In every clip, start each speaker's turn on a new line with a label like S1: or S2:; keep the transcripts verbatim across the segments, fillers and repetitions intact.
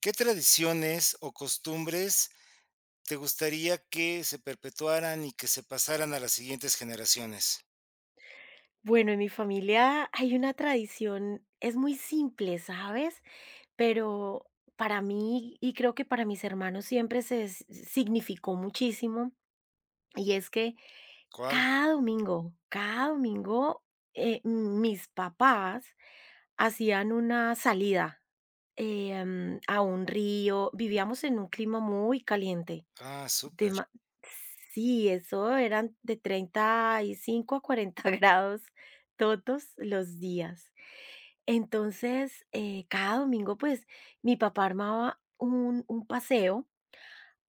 S1: ¿Qué tradiciones o costumbres te gustaría que se perpetuaran y que se pasaran a las siguientes generaciones?
S2: Bueno, en mi familia hay una tradición, es muy simple, ¿sabes? Pero para mí, y creo que para mis hermanos siempre se s- significó muchísimo, y es que
S1: ¿Cuál?
S2: cada domingo, cada domingo, eh, mis papás hacían una salida, eh, mm, a un río, vivíamos en un clima muy caliente.
S1: Ah, súper.
S2: Dema Sí, eso eran de treinta y cinco a cuarenta grados todos los días. Entonces, eh, cada domingo, pues, mi papá armaba un un paseo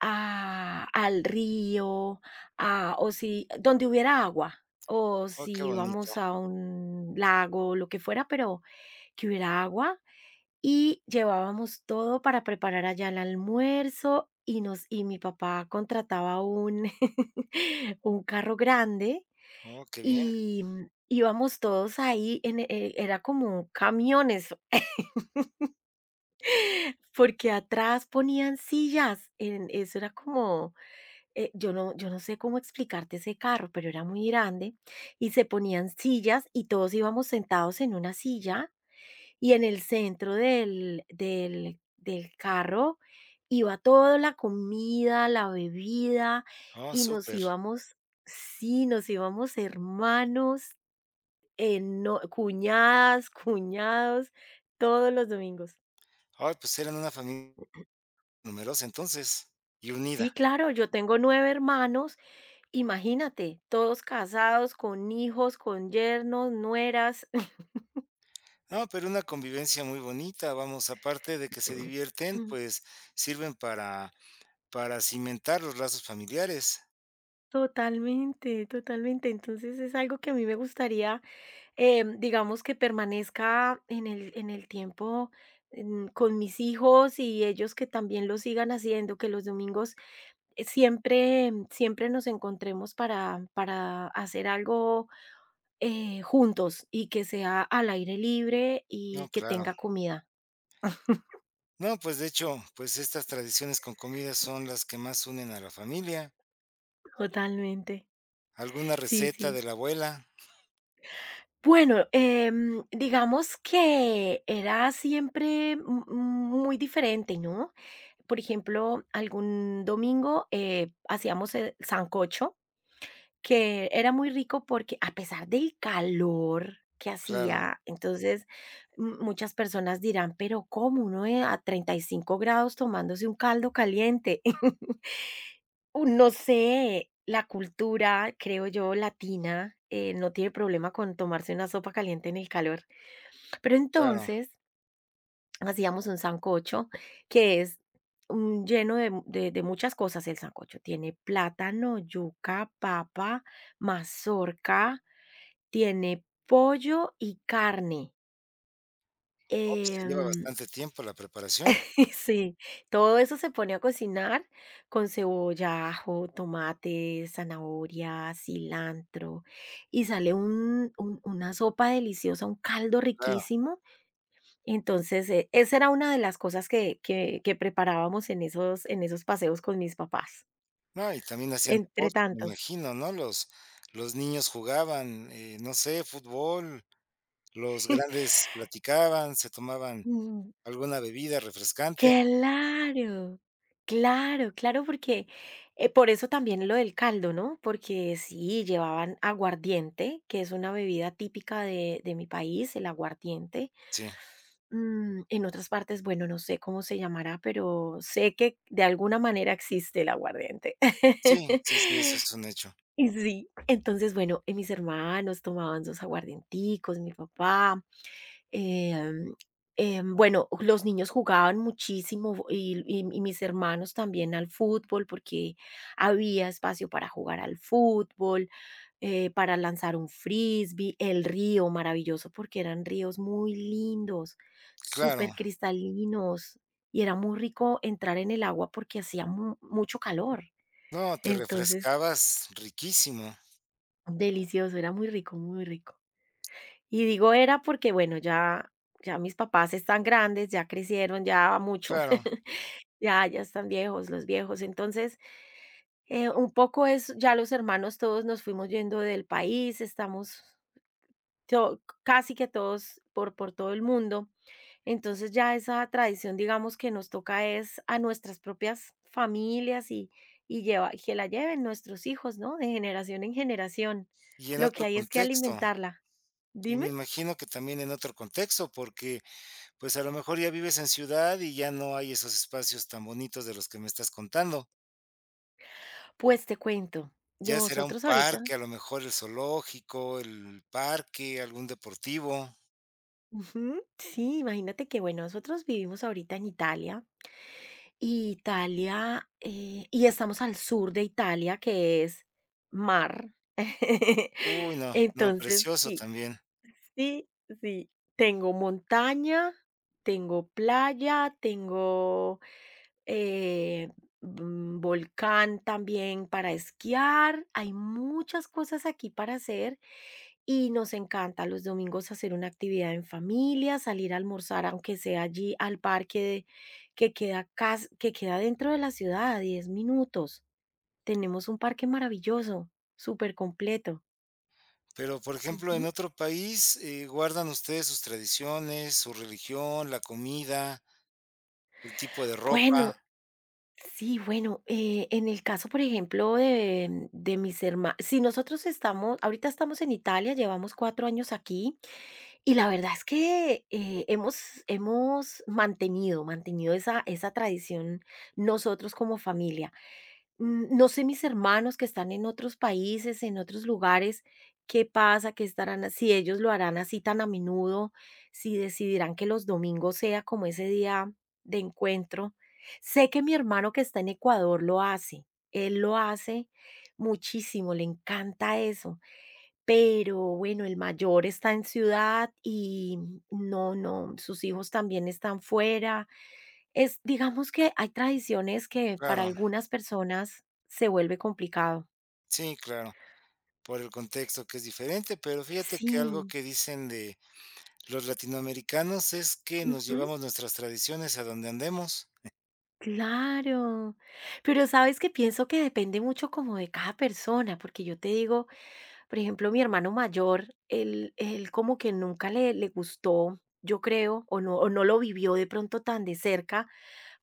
S2: a al río, a o si donde hubiera agua, o
S1: Oh, qué
S2: si
S1: bonito.
S2: íbamos a un lago, lo que fuera, pero que hubiera agua, y llevábamos todo para preparar allá el almuerzo y nos y mi papá contrataba un un carro grande
S1: Oh, qué bien.
S2: y mm, íbamos todos ahí en, eh, era como camiones porque atrás ponían sillas. En, eso era como, eh, yo, no, yo no sé cómo explicarte ese carro, pero era muy grande, y se ponían sillas y todos íbamos sentados en una silla. Y en el centro del del del carro iba toda la comida, la bebida,
S1: Oh,
S2: y nos
S1: súper.
S2: íbamos. Sí, nos íbamos hermanos, eh, no cuñadas, cuñados, todos los domingos.
S1: Ay, pues eran una familia numerosa entonces y unida.
S2: Sí, claro, yo tengo nueve hermanos, imagínate, todos casados, con hijos, con yernos, nueras.
S1: No, pero una convivencia muy bonita, vamos, aparte de que se divierten, pues sirven para, para cimentar los lazos familiares.
S2: Totalmente, totalmente. Entonces, es algo que a mí me gustaría. Em, digamos que permanezca en el en el tiempo, mm, con mis hijos y ellos que también lo sigan haciendo, que los domingos, eh, siempre em, siempre nos encontremos para para hacer algo, eh, juntos y que sea al aire libre
S1: No,
S2: y que
S1: claro.
S2: tenga comida.
S1: No, pues de hecho, pues estas tradiciones con comida son las que más unen a la familia.
S2: Totalmente.
S1: ¿Alguna
S2: Sí,
S1: receta
S2: sí.
S1: de la abuela?
S2: Bueno, em, digamos que era siempre m muy diferente, ¿no? Por ejemplo, algún domingo, eh, hacíamos el sancocho, que era muy rico porque a pesar del calor que
S1: Claro,
S2: hacía. Entonces, m- muchas personas dirán, pero ¿cómo uno, eh, a treinta y cinco grados tomándose un caldo caliente? Un- no sé, la cultura, creo yo, latina, eh, no tiene problema con tomarse una sopa caliente en el calor. Pero
S1: claro.
S2: entonces, hacíamos un sancocho que es, mm, lleno de, mu- de- de muchas cosas el sancocho. Tiene plátano, yuca, papa, mazorca, tiene pollo y carne.
S1: Oh, pues, te lleva
S2: Em,
S1: bastante tiempo la preparación,
S2: sí, todo eso se pone a cocinar con cebolla, ajo, tomate, zanahoria, cilantro y sale un- un- una sopa deliciosa, un caldo
S1: claro.
S2: riquísimo. Entonces, eh, esa era una de las cosas que que que preparábamos en esos en esos paseos con mis papás,
S1: No, y también hacían
S2: entre
S1: deporte, me
S2: tantos.
S1: imagino, ¿no? Los los niños jugaban, eh, no sé, fútbol, los grandes platicaban, se tomaban
S2: Mm,
S1: alguna bebida refrescante.
S2: claro, claro, claro, porque, eh, por eso también lo del caldo, ¿no? Porque sí, llevaban aguardiente, que es una bebida típica de de mi país, el aguardiente.
S1: Sí,
S2: Mm, en otras partes, bueno, no sé cómo se llamará, pero sé que de alguna manera existe el aguardiente.
S1: sí, sí, sí, eso es un hecho.
S2: Y sí, entonces, bueno, eh, mis hermanos tomaban sus aguardienticos, mi papá, em, em, bueno, los niños jugaban muchísimo y, y- y mis hermanos también al fútbol porque había espacio para jugar al fútbol, eh, para lanzar un frisbee, el río maravilloso porque eran ríos muy lindos,
S1: Claro.
S2: súper cristalinos, y era muy rico entrar en el agua porque hacía mu- mucho calor.
S1: No, te
S2: Entonces,
S1: refrescabas riquísimo,
S2: delicioso, era muy rico, muy rico. Y digo era porque, bueno, ya ya mis papás están grandes, ya crecieron, ya mucho,
S1: claro.
S2: ya ya están viejos, los viejos. Entonces, eh, un poco es ya los hermanos todos nos fuimos yendo del país, estamos to casi que todos por por todo el mundo. Entonces ya esa tradición, digamos, que nos toca es a nuestras propias familias y, y lleva, que la lleven nuestros hijos, ¿no? De generación en generación.
S1: Y en
S2: Lo que
S1: otro
S2: hay es que
S1: contexto,
S2: alimentarla.
S1: y me
S2: Dime.
S1: imagino que también en otro contexto, porque pues, a lo mejor ya vives en ciudad y ya no hay esos espacios tan bonitos de los que me estás contando.
S2: Pues te cuento,
S1: Ya será un
S2: nosotros
S1: parque,
S2: ahorita,
S1: a lo mejor el zoológico, el parque, algún deportivo.
S2: ujú, sí, imagínate que, bueno, nosotros vivimos ahorita en Italia y Italia, eh, y estamos al sur de Italia, que es mar.
S1: Uy, no, no,
S2: Entonces,
S1: precioso
S2: sí.
S1: también.
S2: Sí, sí. Tengo montaña, tengo playa, tengo, eh, mm, volcán también para esquiar. Hay muchas cosas aquí para hacer y nos encanta los domingos hacer una actividad en familia, salir a almorzar, aunque sea allí al parque de- que queda cas- que queda dentro de la ciudad a diez minutos. Tenemos un parque maravilloso, súper completo.
S1: Pero, por ejemplo, en
S2: Ujú.
S1: otro país, eh, ¿guardan ustedes sus tradiciones, su religión, la comida, el tipo de ropa?
S2: Bueno. Sí, bueno, eh, en el caso, por ejemplo, de, de mis hermanos, si nosotros estamos, ahorita estamos en Italia, llevamos cuatro años aquí y la verdad es que eh, hemos, hemos mantenido, mantenido esa, esa tradición nosotros como familia. Mm, no sé mis hermanos que están en otros países, en otros lugares, qué pasa, qué estarán ha si ellos lo harán así tan a menudo, si decidirán que los domingos sea como ese día de encuentro. Sé que mi hermano que está en Ecuador lo hace, él lo hace muchísimo, le encanta eso, pero bueno, el mayor está en ciudad y no, no, sus hijos también están fuera. Es, digamos, que hay tradiciones que para
S1: Claro,
S2: algunas personas se vuelve complicado.
S1: sí, claro, por el contexto que es diferente, pero fíjate que algo
S2: Sí,
S1: que dicen de los latinoamericanos es que nos
S2: ujú,
S1: llevamos nuestras tradiciones a donde andemos.
S2: claro. Pero, ¿sabes? Que Pienso que depende mucho como de cada persona, porque yo te digo, por ejemplo, mi hermano mayor, él él como que nunca le le gustó, yo creo, o no o no lo vivió de pronto tan de cerca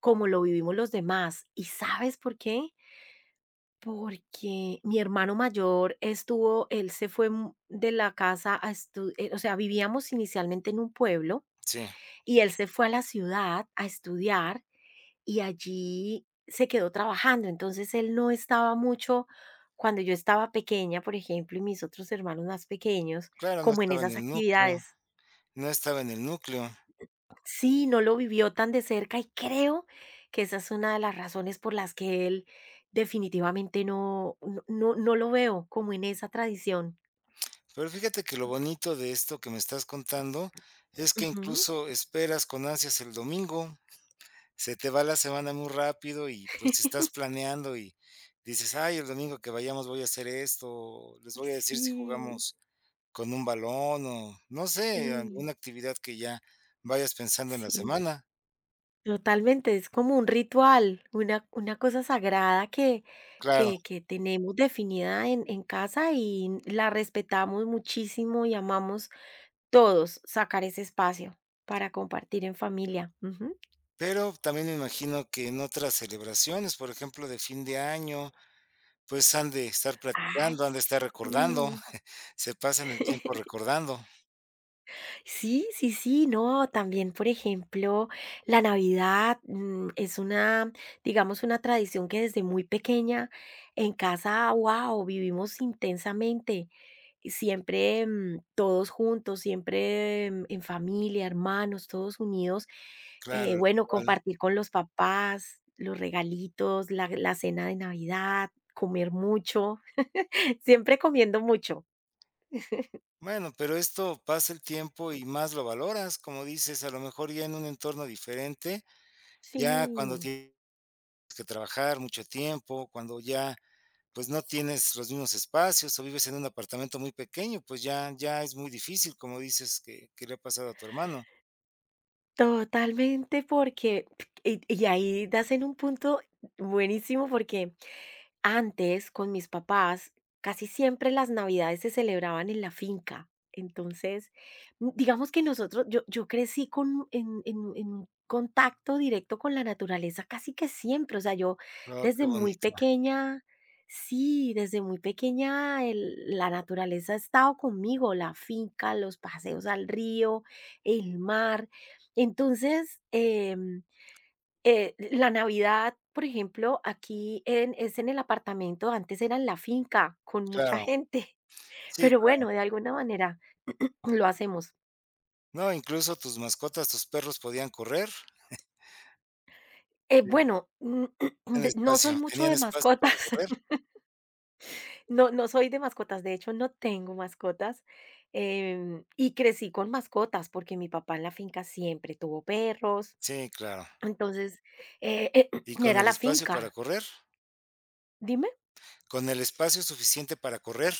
S2: como lo vivimos los demás, ¿y sabes por qué? Porque mi hermano mayor estuvo él se fue, mm, de la casa a estu eh, o sea, vivíamos inicialmente en un pueblo,
S1: Sí,
S2: y él se fue a la ciudad a estudiar, y allí se quedó trabajando. Entonces, él no estaba mucho cuando yo estaba pequeña, por ejemplo, y mis otros hermanos más pequeños,
S1: claro, no
S2: como en
S1: estaba en
S2: esas
S1: el núcleo,
S2: actividades.
S1: no estaba en el núcleo.
S2: Sí, no lo vivió tan de cerca y creo que esa es una de las razones por las que él definitivamente no no no no lo veo como en esa tradición.
S1: Pero fíjate que lo bonito de esto que me estás contando es que
S2: Ujú.
S1: incluso esperas con ansias el domingo, se te va la semana muy rápido y, pues, si estás planeando y dices: "Ay, el domingo que vayamos voy a hacer esto, les voy a decir si
S2: Sí,
S1: jugamos con un balón", o no sé,
S2: sí,
S1: alguna actividad que ya vayas pensando en la
S2: sí,
S1: semana.
S2: totalmente, es como un ritual, una una cosa sagrada que
S1: Claro,
S2: que que tenemos definida en en casa y la respetamos muchísimo y amamos todos sacar ese espacio para compartir en familia. Ujú.
S1: pero también me imagino que en otras celebraciones, por ejemplo, de fin de año pues han de estar
S2: Ay,
S1: platicando, han de estar recordando,
S2: sí.
S1: se pasan el tiempo recordando,
S2: Sí, sí, sí, no, también, por ejemplo, la Navidad, mm, es una, digamos, una tradición que desde muy pequeña en casa, wow, vivimos intensamente. Y siempre, mm, todos juntos, siempre, mm, en familia, hermanos, todos unidos.
S1: claro,
S2: Eh,
S1: el
S2: bueno,
S1: ritual.
S2: compartir con los papás, los regalitos, la la cena de Navidad, comer mucho, siempre comiendo mucho.
S1: Bueno, pero esto pasa el tiempo y más lo valoras, como dices, a lo mejor ya en un entorno diferente, ya cuando
S2: Sí.
S1: tienes que trabajar mucho tiempo, cuando ya, pues, no tienes los mismos espacios o vives en un apartamento muy pequeño, pues, ya ya es muy difícil, como dices que que le ha pasado a tu hermano.
S2: Totalmente, porque y y ahí das en un punto buenísimo, porque antes, con mis papás, casi siempre las navidades se celebraban en la finca. Entonces, mm, digamos que nosotros, yo, yo crecí con, en, en- en un contacto directo con la naturaleza casi que siempre. O sea, yo
S1: Oh, qué
S2: desde muy
S1: bonito.
S2: pequeña, sí, desde muy pequeña el- la naturaleza ha estado conmigo, la finca, los paseos al río, el mar. Entonces, em, eh, la Navidad, por ejemplo, aquí en es en el apartamento, antes era en la finca, con mucha
S1: Claro,
S2: gente,
S1: sí,
S2: pero
S1: claro.
S2: bueno, de alguna manera lo hacemos.
S1: No, incluso tus mascotas, tus perros podían correr.
S2: Eh,
S1: Sí.
S2: bueno, mm,
S1: Tenían
S2: de no
S1: espacio,
S2: soy mucho
S1: tenían
S2: de
S1: espacio para
S2: mascotas,
S1: correr.
S2: no no soy de mascotas, de hecho, no tengo mascotas, em, y crecí con mascotas, porque mi papá en la finca siempre tuvo perros,
S1: Sí, claro.
S2: entonces, eh,
S1: Y con
S2: era
S1: el
S2: la
S1: espacio para
S2: finca.
S1: correr,
S2: Dime.
S1: con el espacio suficiente para correr.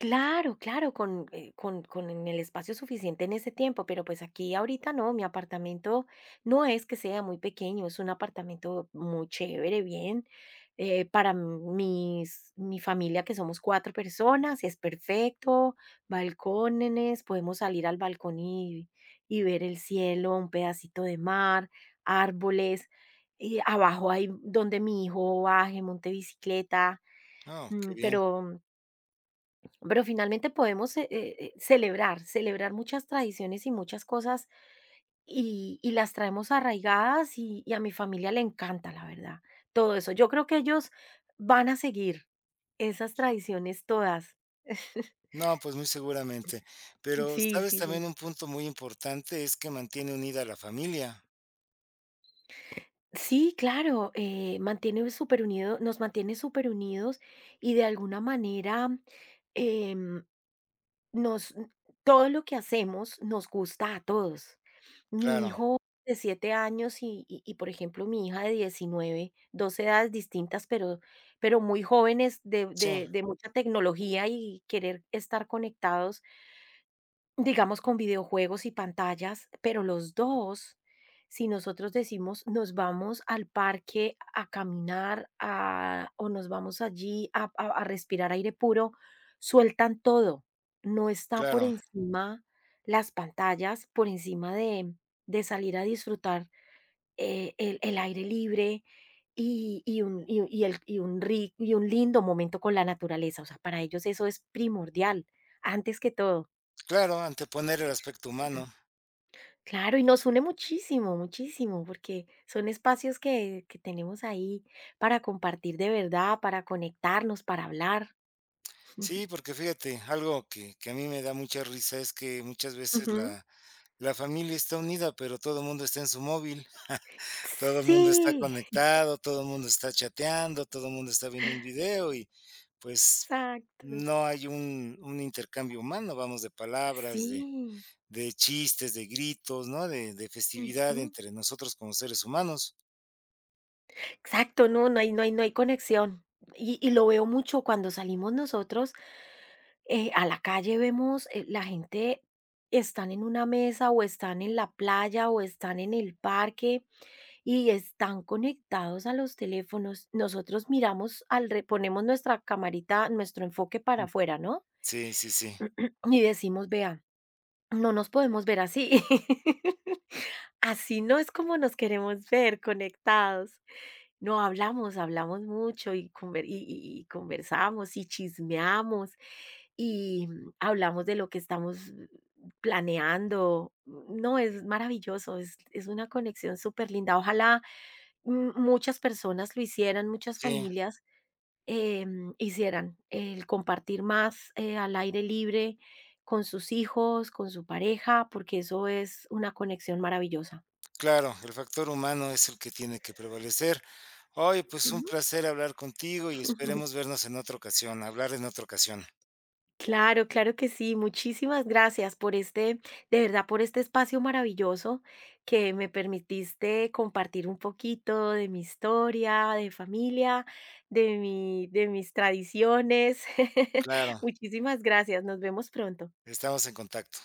S2: Claro, claro, con, eh, con, con en el espacio suficiente en ese tiempo, pero pues aquí ahorita no, mi apartamento no es que sea muy pequeño, es un apartamento muy chévere, bien. eh, para mis, mi familia, que somos cuatro personas, es perfecto, balcónenes, podemos salir al balcón y, y ver el cielo, un pedacito de mar, árboles, y abajo hay donde mi hijo baje, monte bicicleta,
S1: Oh, qué
S2: mm,
S1: bien.
S2: pero pero finalmente podemos, eh, eh, eh, celebrar, celebrar muchas tradiciones y muchas cosas y, y las traemos arraigadas y, y a mi familia le encanta, la verdad, todo eso. Yo creo que ellos van a seguir esas tradiciones todas.
S1: No, pues muy seguramente. Pero,
S2: Sí,
S1: ¿sabes
S2: sí,
S1: también
S2: sí.
S1: un punto muy importante? Es que mantiene unida a la familia.
S2: Sí, claro, eh, mantiene súper unido, nos mantiene súper unidos y de alguna manera, em, Nos todo lo que hacemos nos gusta a todos. Mi
S1: Claro,
S2: hijo de siete años y y y, por ejemplo, mi hija de diecinueve, dos edades distintas, pero pero muy jóvenes de
S1: sí,
S2: de de mucha tecnología y querer estar conectados, digamos, con videojuegos y pantallas, pero los dos, si nosotros decimos nos vamos al parque a caminar, a o nos vamos allí a a a respirar aire puro, sueltan todo. No está por
S1: claro,
S2: encima las pantallas, por encima de de salir a disfrutar, eh, el el aire libre y y un y y el y un ri y un lindo momento con la naturaleza. O sea, para ellos eso es primordial, antes que todo.
S1: claro, anteponer el aspecto humano.
S2: Claro, y nos une muchísimo, muchísimo, porque son espacios que, que tenemos ahí para compartir de verdad, para conectarnos, para hablar.
S1: Sí, porque fíjate, algo que que a mí me da mucha risa es que muchas veces
S2: Ujú.
S1: la la familia está unida, pero todo el mundo está en su móvil. Todo el mundo está
S2: Sí,
S1: conectado, todo el mundo está chateando, todo el mundo está viendo un video y, pues,
S2: exacto.
S1: no hay un un intercambio humano, vamos, de palabras, de
S2: Sí.
S1: de chistes, de gritos, ¿no? De de festividad
S2: Ujú.
S1: entre nosotros como seres humanos.
S2: Exacto, no, no hay, no hay, no hay conexión. Y, y lo veo mucho cuando salimos nosotros, eh, a la calle, vemos, eh, la gente están en una mesa o están en la playa o están en el parque y están conectados a los teléfonos. Nosotros miramos al re ponemos nuestra camarita, nuestro enfoque para afuera, ¿no?
S1: Sí, sí, sí.
S2: Y decimos: "Vea, no nos podemos ver así". Así no es como nos queremos ver, conectados. No, hablamos, hablamos mucho y conver y y y conversamos y chismeamos, y mm, hablamos de lo que estamos, mm, planeando. No, es maravilloso, es es una conexión súper linda. Ojalá, Mm, muchas personas lo hicieran, muchas
S1: Sí,
S2: familias, em, hicieran el compartir más, eh, al aire libre con sus hijos, con su pareja, porque eso es una conexión maravillosa.
S1: claro, el factor humano es el que tiene que prevalecer. Oye, pues, un
S2: Ujú.
S1: placer hablar contigo y esperemos vernos en otra ocasión, hablar en otra ocasión.
S2: Claro, claro que sí. Muchísimas gracias por este, de verdad, por este espacio maravilloso que me permitiste compartir un poquito de mi historia, de familia, de mi, de mis tradiciones.
S1: Claro,
S2: Muchísimas gracias. Nos vemos pronto.
S1: estamos en contacto.